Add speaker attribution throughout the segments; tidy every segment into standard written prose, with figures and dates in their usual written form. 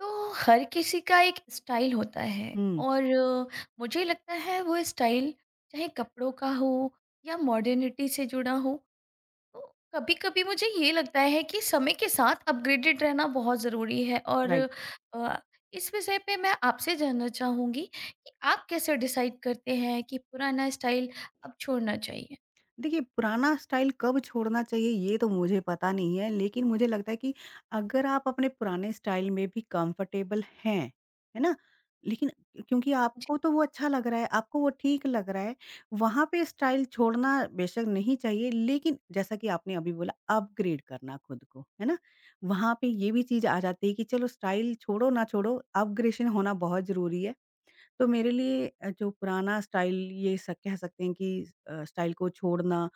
Speaker 1: तो हर किसी का एक स्टाइल होता है
Speaker 2: हुँ।
Speaker 1: और मुझे लगता है वो स्टाइल चाहे कपड़ों का हो या मॉडर्निटी से जुड़ा हो तो कभी कभी मुझे ये लगता है कि समय के साथ अपग्रेडेड रहना बहुत ज़रूरी है और
Speaker 2: राइट।
Speaker 1: अ, इस विषय पे मैं आपसे जानना चाहूँगी कि आप कैसे डिसाइड करते हैं कि पुराना स्टाइल अब छोड़ना चाहिए।
Speaker 2: देखिए पुराना स्टाइल कब छोड़ना चाहिए ये तो मुझे पता नहीं है, लेकिन मुझे लगता है कि अगर आप अपने पुराने स्टाइल में भी कंफर्टेबल हैं, है ना? लेकिन क्योंकि
Speaker 1: जी।
Speaker 2: आपको तो वो अच्छा लग रहा है, आपको वो ठीक लग रहा है, वहाँ पे स्टाइल छोड़ना बेशक नहीं चाहिए लेकिन जैसा कि आपने अभी बोला अपग्रेड करना खुद को, है ना? वहाँ पे ये भी चीज़ आ जाती है कि चलो स्टाइल छोड़ो ना छोड़ो, अपग्रेशन होना बहुत ज़रूरी है। तो मेरे लिए जो पुराना स्टाइल ये स कह सकते हैं कि स्टाइल को छोड़ना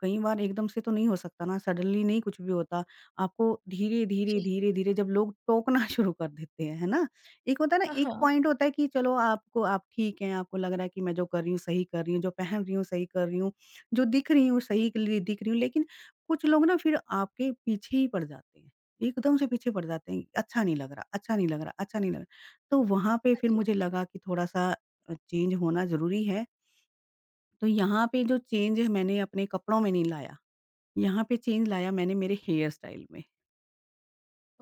Speaker 2: कई बार एकदम से तो नहीं हो सकता ना, सडनली नहीं कुछ भी होता। आपको धीरे-धीरे,
Speaker 1: जी।
Speaker 2: धीरे-धीरे जब लोग टोकना शुरू कर देते हैं, है ना? एक होता है ना,
Speaker 1: हाँ,
Speaker 2: एक
Speaker 1: हाँ।
Speaker 2: पॉइंट होता है कि चलो आपको आप ठीक हैं, आपको लग रहा है कि मैं जो कर रही हूँ, सही कर रही हूँ, जो पहन रही हूँ, सही कर रही हूँ, जो दिख रही हूँ, सही के लिए दिख रही हूँ। लेकिन कुछ लोग ना फिर आपके पीछे ही पड़ जाते हैं, एकदम से पीछे पड़ जाते हैं। अच्छा नहीं लग रहा, अच्छा नहीं लग रहा, अच्छा नहीं लग रहा। तो वहाँ पे
Speaker 1: हाँ
Speaker 2: फिर
Speaker 1: जी।
Speaker 2: मुझे लगा कि थोड़ा-सा चेंज होना ज़रूरी है। तो यहाँ पे जो चेंज मैंने अपने कपड़ों में नहीं लाया, यहाँ पे चेंज लाया मैंने मेरे हेयर स्टाइल में।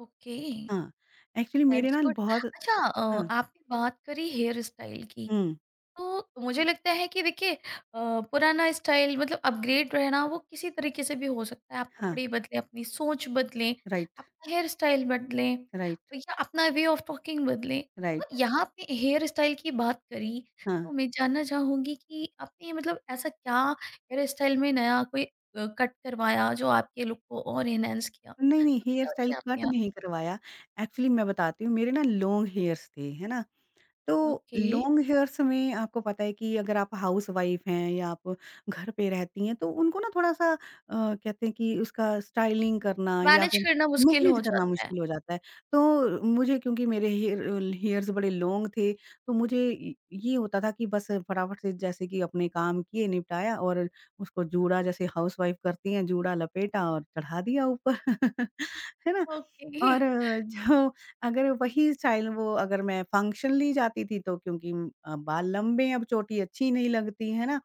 Speaker 1: ओके।
Speaker 2: हाँ, एक्चुअली मेरे
Speaker 1: दैट्स
Speaker 2: ना
Speaker 1: गुड।
Speaker 2: बहुत।
Speaker 1: अच्छा,
Speaker 2: हाँ।
Speaker 1: आपने बात करी हेयर स्टाइल की।
Speaker 2: हुँ।
Speaker 1: तो मुझे लगता है कि देखिए, पुराना स्टाइल मतलब अपग्रेड रहना वो किसी तरीके से भी हो सकता है। आप
Speaker 2: हाँ।
Speaker 1: कपड़े बदलें, अपनी सोच बदलें,
Speaker 2: राइट।
Speaker 1: अपना हेयर स्टाइल बदलें
Speaker 2: राइट।
Speaker 1: या अपना वे ऑफ टॉकिंग बदलें। तो
Speaker 2: राइट।
Speaker 1: यहाँ आपने हेयर स्टाइल की बात करी,
Speaker 2: हाँ।
Speaker 1: तो मैं जानना चाहूँगी कि आपने मतलब ऐसा क्या हेयर स्टाइल में नया कोई कट करवाया जो आपके लुक को और एनहांस किया?
Speaker 2: नहीं, नहीं,
Speaker 1: तो
Speaker 2: हेयर
Speaker 1: क्या
Speaker 2: स्टाइल
Speaker 1: किया
Speaker 2: कट
Speaker 1: आपने?
Speaker 2: नहीं करवाया। एक्चुअली मैं बताती हूँ, मेरे ना लॉन्ग हेयर्स थे, है ना? तो
Speaker 1: ओके।
Speaker 2: लॉन्ग हेयर्स में आपको पता है कि अगर आप हाउसवाइफ हैं या आप घर पे रहती हैं, तो उनको ना थोड़ा-सा कहते हैं कि उसका स्टाइलिंग करना या
Speaker 1: मैनेज
Speaker 2: फिर
Speaker 1: करना मुश्किल
Speaker 2: मैनेज
Speaker 1: हो
Speaker 2: करना
Speaker 1: जाता है।
Speaker 2: मुश्किल हो जाता है। तो मुझे क्योंकि मेरे हेयर्स बड़े लॉन्ग थे, तो मुझे य ये होता था कि बस फटाफट से जैसे कि अपने काम किए, निपटाया और उसको जूड़ा जैसे हाउसवाइफ करती हैं, जूड़ा लपेटा और चढ़ा दिया ऊपर। है ना?
Speaker 1: ओके।
Speaker 2: और जो अगर वही स्टाइल वो अगर मैं फंक्शनली जाती थी तो क्योंकि बाल लंबे हैं, अब चोटी अच्छी नहीं लगती, है ना?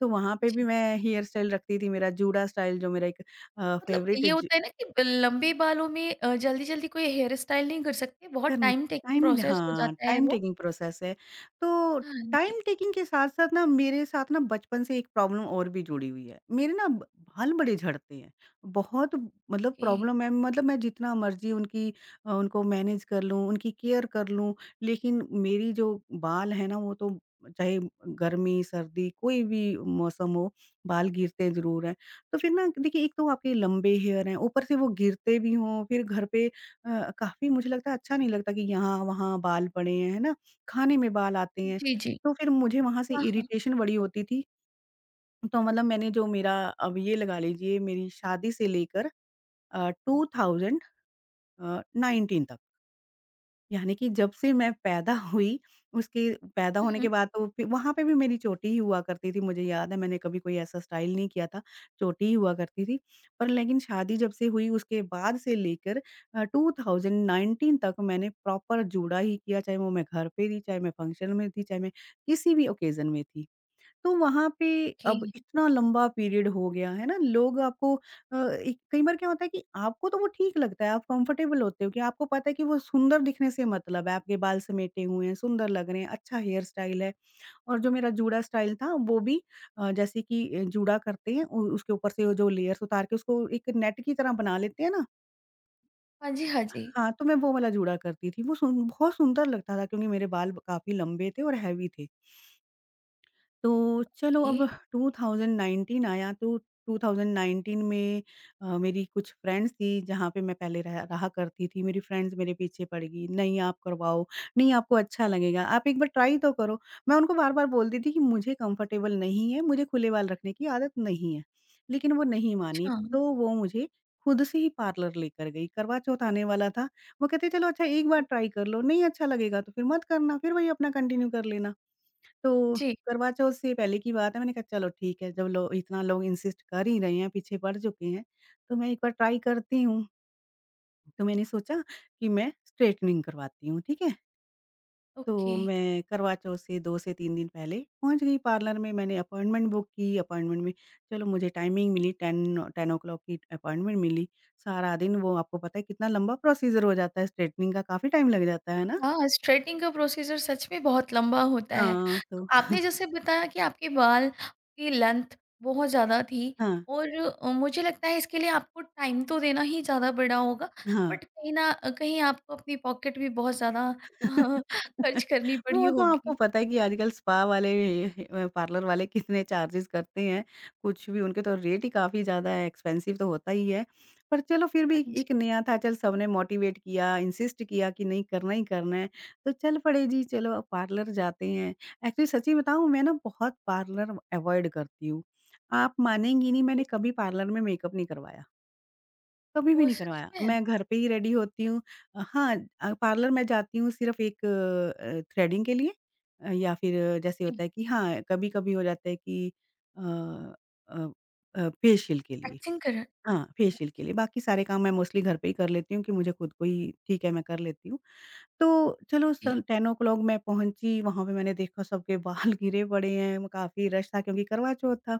Speaker 2: तो वहाँ पे
Speaker 1: जी।
Speaker 2: भी मैं हेयर स्टाइल रखती थी, मेरा जूड़ा स्टाइल जो मेरा एक
Speaker 1: मतलब
Speaker 2: फ़ेवरेट
Speaker 1: ये
Speaker 2: ज
Speaker 1: होता है ना कि ब लंबे बालों में जल्दी-जल्दी कोई हेयर स्टाइल नहीं कर सकते, बहुत
Speaker 2: करन
Speaker 1: टाइम टेकिंग
Speaker 2: टाइम,
Speaker 1: प्रोसेस हो
Speaker 2: हाँ,
Speaker 1: जाता है
Speaker 2: टाइम
Speaker 1: वो।
Speaker 2: टेकिंग प्रोसेस है। तो
Speaker 1: हाँ जी,
Speaker 2: टाइम टेकिंग के साथ-साथ ना मेरे साथ ना बचपन से एक प्रॉब्लम और भी जुड़ी हुई है। मेरे ना ब बाल बड़े झड़ते हैं। बहुत। मतलब
Speaker 1: ओके।
Speaker 2: प्रॉब्लम है, मतलब मैं जितना मर्ज़ी उनकी उनको मैनेज कर लूँ, उनकी केयर कर लूँ, लेकिन मेरी जो बाल है ना वो तो चाहे गर्मी, सर्दी कोई भी मौसम हो, बाल गिरते ज़रूर हैं। तो फिर ना देखिए एक तो आपके लंबे हेयर हैं, ऊपर से वो गिरते भी हों, फिर घर पे काफ़ी मुझे लगता है अच्छा नहीं लगता कि यहाँ-वहाँ बाल पड़े हैं, है ना? खाने में बाल आते हैं,
Speaker 1: जी, जी।
Speaker 2: तो फिर मुझे वहाँ से
Speaker 1: हाँ, हाँ।
Speaker 2: इरिटेशन बड़ी होती थी। तो मतलब मैंने जो मेरा अब ये लगा लीजिए मेरी शादी से लेकर अ, 2019 तक यानी कि जब से मैं पैदा हुई, उसके पैदा
Speaker 1: हुँ,
Speaker 2: होने के
Speaker 1: हुँ।
Speaker 2: बाद तो फिर वहाँ पे भी मेरी चोटी ही हुआ करती थी, मुझे याद है मैंने कभी कोई ऐसा स्टाइल नहीं किया था, चोटी ही हुआ करती थी। पर लेकिन शादी जब से हुई उसके बाद से लेकर 2019 तक मैंने प्रॉपर जूड़ा ही किया, चाहे वो मैं घर पे थी, चाहे मैं फंक्शन में थी, चाहे मैं किसी भी ओकेज़न में थी। तो वहाँ पे
Speaker 1: ओके।
Speaker 2: अब इतना लंबा पीरियड हो गया है ना लोग आपको एक कई बार क्या होता है कि आपको तो वो ठीक लगता है, आप कंफर्टेबल होते हो कि आपको पता है कि वो सुंदर दिखने से मतलब है, आपके बाल समेटे हुए हैं, सुंदर लग रहे हैं, अच्छा हेयर स्टाइल है। और जो मेरा जूड़ा स्टाइल था वो भी जैसे कि जूड़ा करते हैं उसके ऊपर से वो जो लेयर्स उतार के उसको एक नेट की तरह बना लेते हैं ना।
Speaker 1: हाँ जी, हाँ जी।
Speaker 2: हाँ, तो मैं वो वाला जूड़ा करती थी, वो सुन, बहुत सुंदर लगता था क्योंकि मेरे बाल काफी लंबे थे और हैवी थे। तो चलो
Speaker 1: ओके।
Speaker 2: अब 2019 आया तो 2019 में मेरी कुछ फ्रेंड्स थी जहाँ पे मैं पहले रहा रहा करती थी। मेरी फ्रेंड्स मेरे पीछे पड़ गई, नहीं आप करवाओ, नहीं आपको अच्छा लगेगा, आप एक बार ट्राई तो करो। मैं उनको बार-बार बोलती थी कि मुझे कंफर्टेबल नहीं है, मुझे खुले बाल रखने की आदत नहीं है। लेकिन वो नहीं मानी,
Speaker 1: अच्छा।
Speaker 2: तो वो मुझे खुद से ही पार्लर लेकर गई। करवा चौथ आने वाला था, वो कहते चलो अच्छा एक बार
Speaker 1: ओ
Speaker 2: ट्राई कर लो, नहीं अच्छा लगेगा तो फिर मत करना, फिर वही अपना कंटिन्यू कर लेना। तो
Speaker 1: जी,
Speaker 2: करवा चौथ से पहले की बात है, मैंने कहा चलो ठीक है, जब लो इतना लोग इंसिस्ट कर ही रहे हैं, पीछे पड़ चुके हैं तो मैं एक बार ट्राई करती हूँ। तो मैंने सोचा कि मैं स्ट्रेटनिंग करवाती हूँ, ठीक है? तो
Speaker 1: ओके।
Speaker 2: मैं करवा चौथ से 2 से 3 दिन पहले पहुँच गई पार्लर में, मैंने अपॉइंटमेंट बुक की, अपॉइंटमेंट में चलो मुझे टाइमिंग मिली, 10 ओ क्लॉक की अपॉइंटमेंट मिली। सारा दिन, वो आपको पता है कितना लंबा प्रोसीजर हो जाता है स्ट्रेटनिंग का, काफ़ी टाइम लग जाता है ना?
Speaker 1: हाँ, स्ट्रेटनिंग का प्रोसीजर सच में बहुत लंबा होता है।
Speaker 2: हाँ,
Speaker 1: तो
Speaker 2: तो
Speaker 1: आपने जैसे बताया कि आपके बाल की लेंथ बहुत ज़्यादा थी
Speaker 2: हाँ,
Speaker 1: और मुझे लगता है इसके लिए आपको टाइम तो देना ही ज़्यादा पड़ा होगा,
Speaker 2: हाँ।
Speaker 1: बट कहीं न कहीं आपको अपनी पॉकेट भी बहुत ज़्यादा खर्च करनी पड़ी
Speaker 2: वो तो
Speaker 1: होगी।
Speaker 2: आपको पता है कि आजकल स्पा वाले पार्लर वाले कितने चार्जेस करते हैं, कुछ भी उनके तो रेट ही काफ़ी ज़्यादा एक्सपेंसिव तो होता ही है। पर चलो फिर
Speaker 1: हाँ
Speaker 2: भी
Speaker 1: जी,
Speaker 2: एक नया था, चल सबने मोटिवेट किया, इंसिस्ट किया कि नहीं करना ही करना है, तो चल पड़े जी चलो पार्लर जाते हैं। एक्चुअली सच्ची बताऊँ मैं ना बहुत पार्लर अवॉइड करती हूँ। आप मानेंगी नहीं,
Speaker 1: ओके।
Speaker 2: मैंने कभी पार्लर में मेकअप नहीं करवाया। कभी भी
Speaker 1: ओह!
Speaker 2: नहीं
Speaker 1: सच
Speaker 2: करवाया।
Speaker 1: में?
Speaker 2: मैं घर पे ही रेडी होती हूँ। हाँ। पार्लर मैं जाती हूँ सिर्फ़ एक थ्रेडिंग के लिए, या फिर जैसे
Speaker 1: जी,
Speaker 2: होता है कि हाँ, कभी-कभी हो जाता है कि अ अ फेशियल के लिए।
Speaker 1: टैक्सिंग करा
Speaker 2: हाँ, फेशियल के
Speaker 1: जी,
Speaker 2: लिए, बाकी सारे काम मैं मोस्टली घर पे ही कर लेती हूँ कि मुझे खुद को ही ठीक है, मैं कर लेती हूँ। तो चलो
Speaker 1: जी।
Speaker 2: सन 10 ओ क्लॉक मैं पहुँची, वहाँ पे मैंने देखा सबके बाल गिरे पड़े हैं, काफ़ी रश था क्योंकि करवा चौथ था।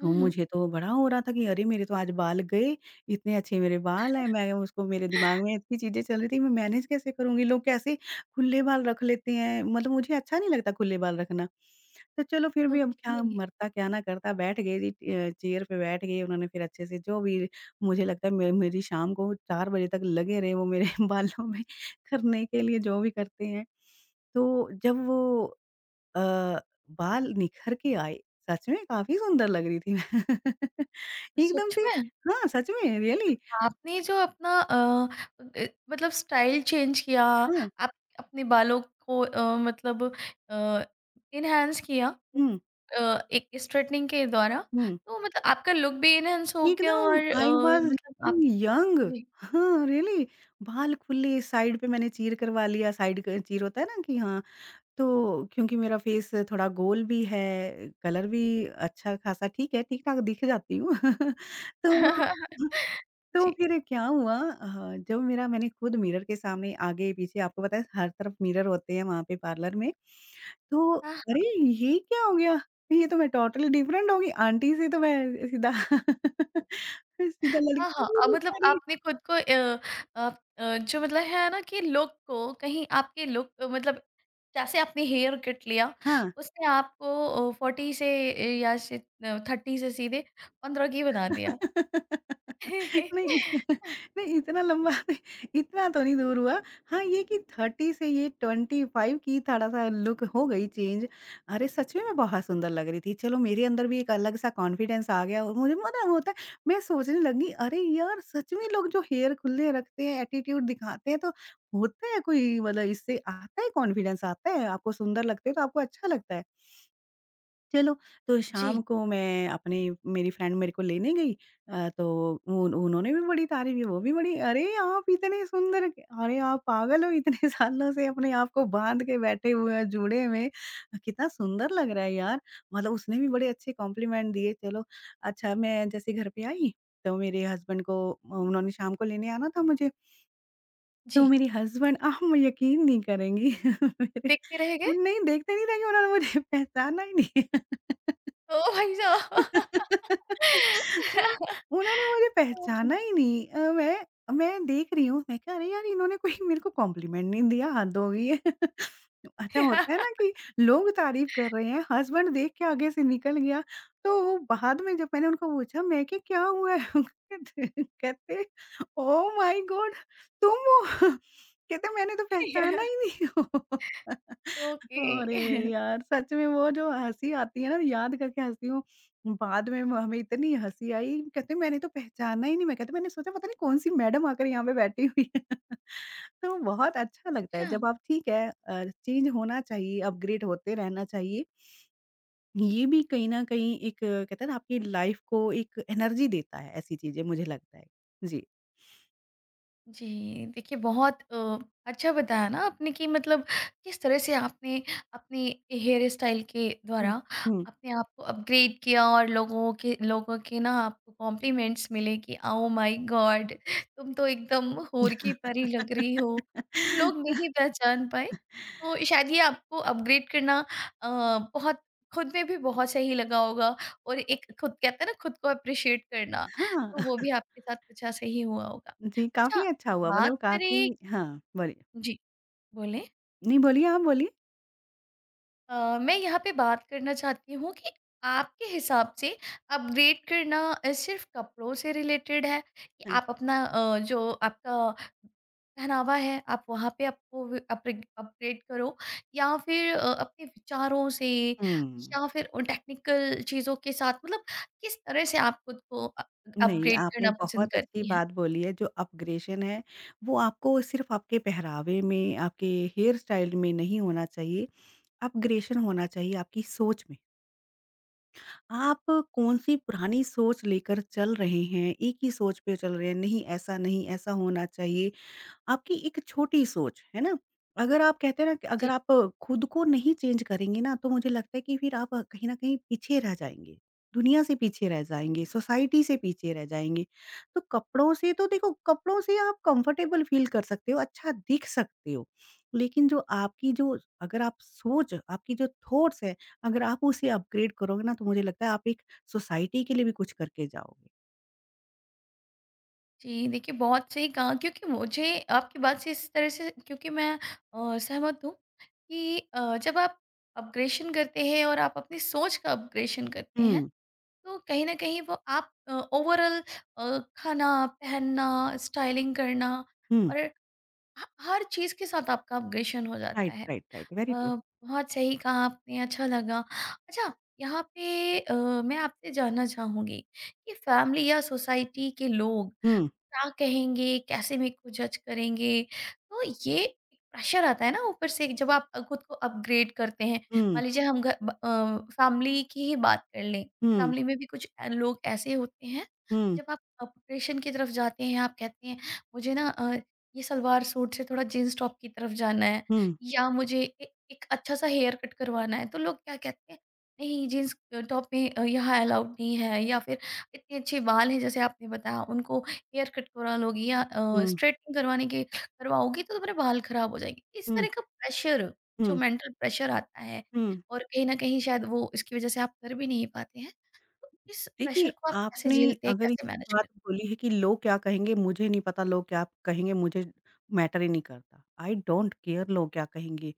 Speaker 2: तो
Speaker 1: हुँ, हुँ।
Speaker 2: मुझे तो बड़ा हो रहा था कि अरे! मेरे तो आज बाल गए, इतने अच्छे मेरे बाल हैं, मैं उसको, मेरे दिमाग में इतनी चीज़ें चल रही थी, मैं मैनेज कैसे करूँगी? लोग कैसे खुले बाल रख लेते हैं, मतलब मुझे अच्छा नहीं लगता खुले बाल रखना। तो चलो फिर भी अब
Speaker 1: ओके,
Speaker 2: क्या मरता क्या ना करता, बैठ गए जी, चेयर पे बैठ गए, उन्होंने फिर अच्छे से जो भी, मुझे लगता है मे मेरी शाम को 4 बजे तक लगे रहे वो मेरे बालों में करने के लिए, जो भी करते हैं। तो जब वो अ, बाल निखर के आए। सच में काफ़ी सुंदर लग रही थी मैं। एकदम
Speaker 1: सच
Speaker 2: से
Speaker 1: में?
Speaker 2: हाँ, सच में, रियली।
Speaker 1: आपने जो अपना मतलब स्टाइल चेंज किया,
Speaker 2: हाँ।
Speaker 1: आप अपने बालों को मतलब अ, एनहांस किया,
Speaker 2: हुँ,
Speaker 1: एक स्ट्रेटनिंग के द्वारा,
Speaker 2: हुँ।
Speaker 1: तो मतलब आपका लुक भी एनहांस हो गया
Speaker 2: एकदम
Speaker 1: और
Speaker 2: आई वाज़
Speaker 1: मतलब आप
Speaker 2: लुकिंग यंग।
Speaker 1: जी।
Speaker 2: हाँ, रियली। बाल खुले साइड पे मैंने चीर करवा लिया, साइड क चीर होता है ना कि, हाँ, तो क्योंकि मेरा फेस थोड़ा गोल भी है, कलर भी अच्छा-खासा ठीक है, ठीक-ठाक दिख जाती हूँ। तो तो
Speaker 1: जी।
Speaker 2: फिर क्या हुआ, जब मेरा मैंने खुद मिरर के सामने आगे-पीछे, आपको पता है हर तरफ मिरर होते हैं वहाँ पे पार्लर में। तो अरे! ये क्या हो गया? ये तो मैं टोटली डिफरेंट हो गई, आंटी से तो मैं सीधा सीधा
Speaker 1: हाँ,
Speaker 2: लड़की
Speaker 1: हाँ।
Speaker 2: ही
Speaker 1: मतलब
Speaker 2: दिखा रही।
Speaker 1: आपने खुद को आप जो मतलब है ना कि लुक को कहीं आपके लुक मतलब जैसे आपने हेयर कट लिया,
Speaker 2: हाँ।
Speaker 1: उसने आपको 40 से या से 30 से सीधे 15 की बना दिया।
Speaker 2: नहीं। नहीं इतना लंबा नहीं- इतना तो नहीं दूर हुआ। हाँ, ये कि 30 से ये 25 की थोड़ा-सा लुक हो गई चेंज। अरे, सच में मैं बहुत सुंदर लग रही थी। चलो मेरे अंदर भी एक अलग-सा कॉन्फिडेंस आ गया, और मुझे पता होता है, मैं सोचने लगी अरे यार! सच में लोग जो हेयर खुले रखते हैं, एटीट्यूड दिखाते हैं तो होता है कोई, मतलब इससे आता है कॉन्फिडेंस आता है, आपको सुंदर लगते हो तो आपको अच्छा लगता है। चलो, तो
Speaker 1: जी,
Speaker 2: शाम को मैं अपने, मेरी फ्रेंड मेरे को लेने गई, तो उन उन्होंने भी बड़ी तारीफ़ की, वो भी बड़ी, "अरे! आप इतने सुंदर क अरे! आप पागल हो इतने सालों से अपने आप को बाँध के बैठे हुए हो जूड़े में, कितना सुंदर लग रहा है यार।" मतलब उसने भी बड़े अच्छे कॉम्प्लीमेंट दिए। चलो, अच्छा मैं जैसे घर पे आई, तो मेरे हस्बैंड को उन्होंने शाम को लेने आना था मुझे, तो
Speaker 1: जी।
Speaker 2: मेरे हस्बैंड आप यकीन नहीं करेंगी, मेरे
Speaker 1: देखते रह गए,
Speaker 2: नहीं देखते नहीं रहेंगे, उन्होंने मुझे पहचाना ही नहीं।
Speaker 1: ओह भाई साहब!
Speaker 2: हाँ, उन्होंने मुझे पहचाना ही नहीं। मैं देख रही हूँ, मैं कहा अरे यार इन्होंने कोई मेरे को कॉम्प्लीमेंट नहीं दिया, हद हो गई है। अच्छा होता है ना कि लोग तारीफ कर रहे हैं, हस्बैंड देख के आगे से निकल गया। तो वो बाद में जब मैंने उनको पूछा मैं कि क्या हुआ है, कहते कहते, ओ माय गॉड तुम हो! कहते मैंने तो पहचाना ही नहीं हो।
Speaker 1: ओके।
Speaker 2: अरे यार! सच में वो जो हँसी आती है ना, याद करके हँसती हूँ। बाद में म हमें इतनी हँसी आई, कहते मैंने तो पहचाना ही नहीं। मैं कहती मैंने सोचा पता नहीं कौन-सी मैडम आकर यहाँ पे बैठी हुई है। तो बहुत अच्छा लगता है
Speaker 1: अच्छा।
Speaker 2: जब आप ठीक है चेंज होना चाहिए, अपग्रेड होते रहना चाहिए। ये भी कहीं न कहीं एक कहते हैं ना आपकी लाइफ़ को एक एनर्जी देता है, ऐसी चीज़ें मुझे लगता है। जी।
Speaker 1: जी, देखिए बहुत अच्छा बताया ना आपने कि मतलब किस तरह से आपने अपने हेयर स्टाइल के द्वारा
Speaker 2: हुँ, हुँ।
Speaker 1: अपने आप को अपग्रेड किया और लोगों के ना आपको कॉम्प्लीमेंट्स मिले कि ओह माय गॉड तुम तो एकदम हूर की परी लग रही हो। लोग नहीं पहचान पाए, तो शायद ये आपको अपग्रेड करना अ, बहुत खुद में भी बहुत सही लगा होगा और एक खुद कहते हैं ना खुद को एप्रिशिएट करना,
Speaker 2: हाँ।
Speaker 1: तो वो भी आपके साथ कुछ ऐसा ही हुआ होगा।
Speaker 2: जी,
Speaker 1: अच्छा,
Speaker 2: काफ़ी अच्छा हुआ,
Speaker 1: बात
Speaker 2: मतलब काफ़ी,
Speaker 1: करें
Speaker 2: हाँ, बोलिए।
Speaker 1: जी। बोलें?
Speaker 2: नहीं, बोलिए, आप बोलिए।
Speaker 1: मैं यहाँ पे बात करना चाहती हूँ कि आपके हिसाब से अपग्रेड करना सिर्फ़ कपड़ों से रिलेटेड है कि
Speaker 2: हाँ।
Speaker 1: आप अपना जो आपका पहनावा है, आप वहाँ पे आपको व अपग्रे अपग्रेड करो या फिर अपने विचारों से
Speaker 2: हुँ।
Speaker 1: या फिर उन टेक्निकल चीज़ों के साथ मतलब किस तरह से आप खुद को
Speaker 2: नहीं,
Speaker 1: अपग्रेड
Speaker 2: आपने
Speaker 1: करना पसंद
Speaker 2: बहुत अच्छी
Speaker 1: करती हैं?
Speaker 2: बात बोली है, जो अपग्रेशन है, वो आपको सिर्फ़ आपके पहरावे में, आपके हेयर स्टाइल में नहीं होना चाहिए। अपग्रेशन होना चाहिए आपकी सोच में। आप कौन-सी पुरानी सोच लेकर चल रहे हैं, एक ही सोच पे चल रहे हैं, नहीं ऐसा नहीं, ऐसा होना चाहिए। आपकी एक छोटी सोच, है ना? अगर आप कहते हैं ना कि अगर
Speaker 1: जी।
Speaker 2: आप खुद को नहीं चेंज करेंगे ना, तो मुझे लगता है कि फिर आप कहीं न कहीं पीछे रह जाएँगे। दुनिया से पीछे रह जाएँगे, सोसाइटी से पीछे रह जाएँगे। तो कपड़ों से तो देखो, कपड़ों से आप कंफर्टेबल फ़ील कर सकते हो, अच्छा दिख सकते हो। लेकिन जो आपकी जो अगर आप सोच, आपकी जो थॉट्स हैं, अगर आप उसे अपग्रेड करोगे ना, तो मुझे लगता है आप एक सोसाइटी के लिए भी कुछ करके जाओगे।
Speaker 1: जी, देखिए बहुत सही कहा क्योंकि मुझे आपकी बात से इस तरह से क्योंकि मैं सहमत हूँ कि जब आप अपग्रेशन करते हैं और आप अपनी सोच का अपग्रेशन करते हैं,
Speaker 2: हुँ,
Speaker 1: तो कहीं न कहीं वो आप ओवरॉल खाना, पहनना, स्टाइलिंग करना
Speaker 2: हुँ।
Speaker 1: और ह हर चीज़ के साथ आपका अपग्रेशन हो जाता
Speaker 2: राइट,
Speaker 1: है।
Speaker 2: Right,
Speaker 1: uh,
Speaker 2: right. Very true.
Speaker 1: बहुत सही कहा आपने, अच्छा लगा। अच्छा, यहाँ पे मैं आपसे जानना चाहूँगी कि फैमिली या सोसाइटी के लोग
Speaker 2: हुँ,
Speaker 1: क्या कहेंगे, कैसे मेरे को जज करेंगे? तो ये प्रेशर आता है ना ऊपर से जब आप खुद को अपग्रेड करते हैं।
Speaker 2: हुँ,
Speaker 1: मान लीजिए हम फैमिली की ही बात कर लें,
Speaker 2: हुँ।
Speaker 1: फैमिली में भी कुछ लोग ऐसे होते हैं,
Speaker 2: हुँ,
Speaker 1: जब आप अपग्रेडेशन की तरफ जाते हैं, आप कहते हैं मुझे ना ये सलवार सूट से थोड़ा जीन्स टॉप की तरफ जाना है
Speaker 2: हुँ,
Speaker 1: या मुझे ए एक अच्छा-सा हेयर कट करवाना है, तो लोग क्या कहते हैं, नहीं जीन्स टॉप में यहाँ अलाउड नहीं है या फिर इतने अच्छे बाल हैं जैसे आपने बताया उनको हेयर कट करा लोगी या
Speaker 2: हुँ,
Speaker 1: स्ट्रेटनिंग करवाने के करवाओगी तो तुम्हारे बाल खराब हो जाएंगे। इस
Speaker 2: हुँ,
Speaker 1: तरह का प्रेशर जो
Speaker 2: हुँ,
Speaker 1: मेंटल प्रेशर आता है
Speaker 2: हुँ।
Speaker 1: और कहीं न कहीं शायद वो इसकी वज़ह से आप कर भी नहीं पाते हैं। तो इस प्रेशर
Speaker 2: देखिए,
Speaker 1: को आप कैसे
Speaker 2: आपने
Speaker 1: झेलते हैं,
Speaker 2: अगर ये
Speaker 1: कैसे मैनेज
Speaker 2: बात
Speaker 1: करते
Speaker 2: बोली है कि लोग क्या कहेंगे मुझे नहीं पता, लोग क्या कहेंगे मुझे मैटर ही नहीं करता। आई डोंट केयर लोग क्या कहेंगे।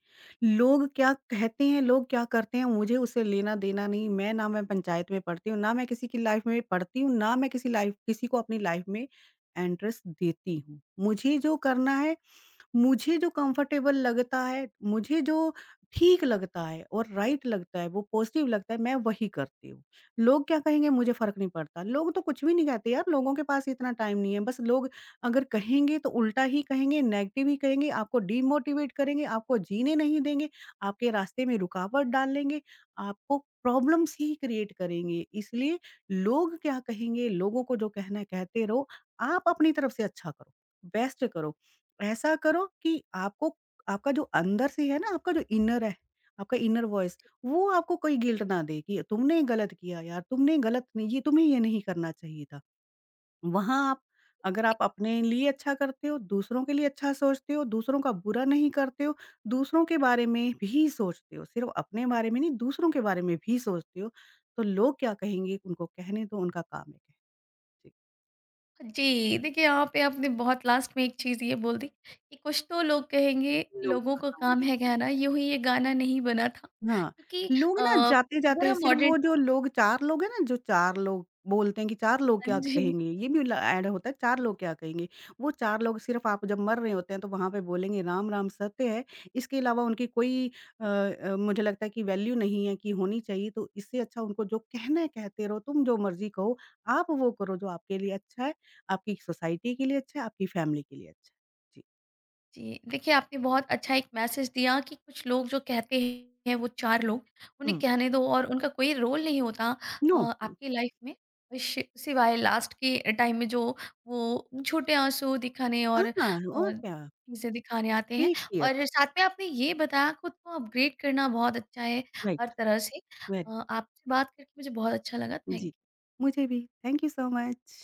Speaker 2: लोग क्या कहते हैं, लोग क्या करते हैं मुझे उससे लेना-देना नहीं। मैं ना मैं पंचायत में पढ़ती हूँ, ना मैं किसी की लाइफ़ में पढ़ती हूँ, ना मैं किसी लाइफ़ किसी को अपनी लाइफ़ में एंट्रेस देती हूँ। मुझे जो करना है, मुझे जो कंफर्टेबल लगता है, मुझे जो ठीक लगता है और राइट लगता है, वो पॉज़िटिव लगता है, मैं वही करती हूँ। लोग क्या कहेंगे मुझे फ़र्क नहीं पड़ता। लोग तो कुछ भी नहीं कहते यार, लोगों के पास इतना टाइम नहीं है। बस लोग अगर कहेंगे तो उल्टा ही कहेंगे, नेगेटिव ही कहेंगे, आपको डिमोटिवेट करेंगे, आपको जीने नहीं देंगे, आपके रास्ते में रुकावट डालेंगे, आपको प्रॉब्लम्स ही क्रिएट करेंगे। इसलिए लोग क्या कहेंगे, लोगों को जो कहना है कहते रहो, आप अपनी तरफ से अच्छा करो, बेस्ट करो। ऐसा करो कि आपको आपका जो अंदर से है ना, आपका जो इनर है, आपका इनर वॉइस, वो आपको कोई गिल्ट ना दे कि तुमने गलत किया यार, तुमने गलत नहीं, ये तुम्हें ये नहीं करना चाहिए था। वहाँ आप अगर आप
Speaker 1: हैं?
Speaker 2: अपने लिए अच्छा करते हो, दूसरों के लिए अच्छा सोचते हो, दूसरों का बुरा नहीं करते हो, दूसरों के बारे में भी सोचते हो, सिर्फ़ अपने बारे में नहीं, दूसरों के बारे में भी सोचते हो, तो लोग क्या कहेंगे, उनको कहने दो, उनका काम है कहना। जी,
Speaker 1: जी, देखिए यहाँ पे आपने बहुत लास्ट में एक चीज़ ये बोल दी कि कुछ तो लोग कहेंगे,
Speaker 2: लोगों
Speaker 1: लोगों
Speaker 2: का
Speaker 1: का
Speaker 2: काम
Speaker 1: काम
Speaker 2: है
Speaker 1: है
Speaker 2: कहना।
Speaker 1: कहना, यूँ ही ये गाना नहीं बना था
Speaker 2: हाँ,
Speaker 1: क्योंकि
Speaker 2: लोग ना
Speaker 1: अगर
Speaker 2: जाते-जाते
Speaker 1: हम
Speaker 2: सिर्फ़
Speaker 1: मॉडर्न
Speaker 2: वो जो लोग 4 लोग हैं ना, जो 4 लोग बोलते हैं कि 4 लोग
Speaker 1: हाँ
Speaker 2: क्या
Speaker 1: जी।
Speaker 2: कहेंगे? ये भी ल ऐड होता है 4 लोग क्या कहेंगे? वो 4 लोग सिर्फ़ आप जब मर रहे होते हैं तो वहाँ पे बोलेंगे राम, राम सत्य है। इसके अलावा उनकी कोई मुझे लगता है कि वैल्यू नहीं है कि होनी चाहिए, तो इससे अच्छा उनको जो कहना है कहते रहो, तुम जो मर्ज़ी कहो, आप वो करो जो आपके लिए अच्छा है, आपकी सोसाइटी के लिए अच्छा है, आपकी फैमिली के लिए अच्छा है। जी।
Speaker 1: जी, देखिए आपने बहुत अच्छा एक मैसेज दिया कि कुछ लोग जो कहते हैं वो चार लोग, उन्हें
Speaker 2: हुँ।
Speaker 1: कहने दो और उनका कोई रोल नहीं होता
Speaker 2: नो
Speaker 1: आपकी लाइफ में शि सिवाय लास्ट के टाइम में जो वो छोटे आँसू दिखाने और
Speaker 2: हाँ, और क्या?
Speaker 1: चीज़ें दिखाने आते हैं
Speaker 2: बी क्लियर
Speaker 1: और साथ में आपने ये बताया खुद को अपग्रेड करना बहुत अच्छा है हर
Speaker 2: राइट,
Speaker 1: तरह से।
Speaker 2: वेरी
Speaker 1: आपसे बात करके मुझे बहुत अच्छा लगा। Thank you.
Speaker 2: जी, मुझे भी। Thank you so much.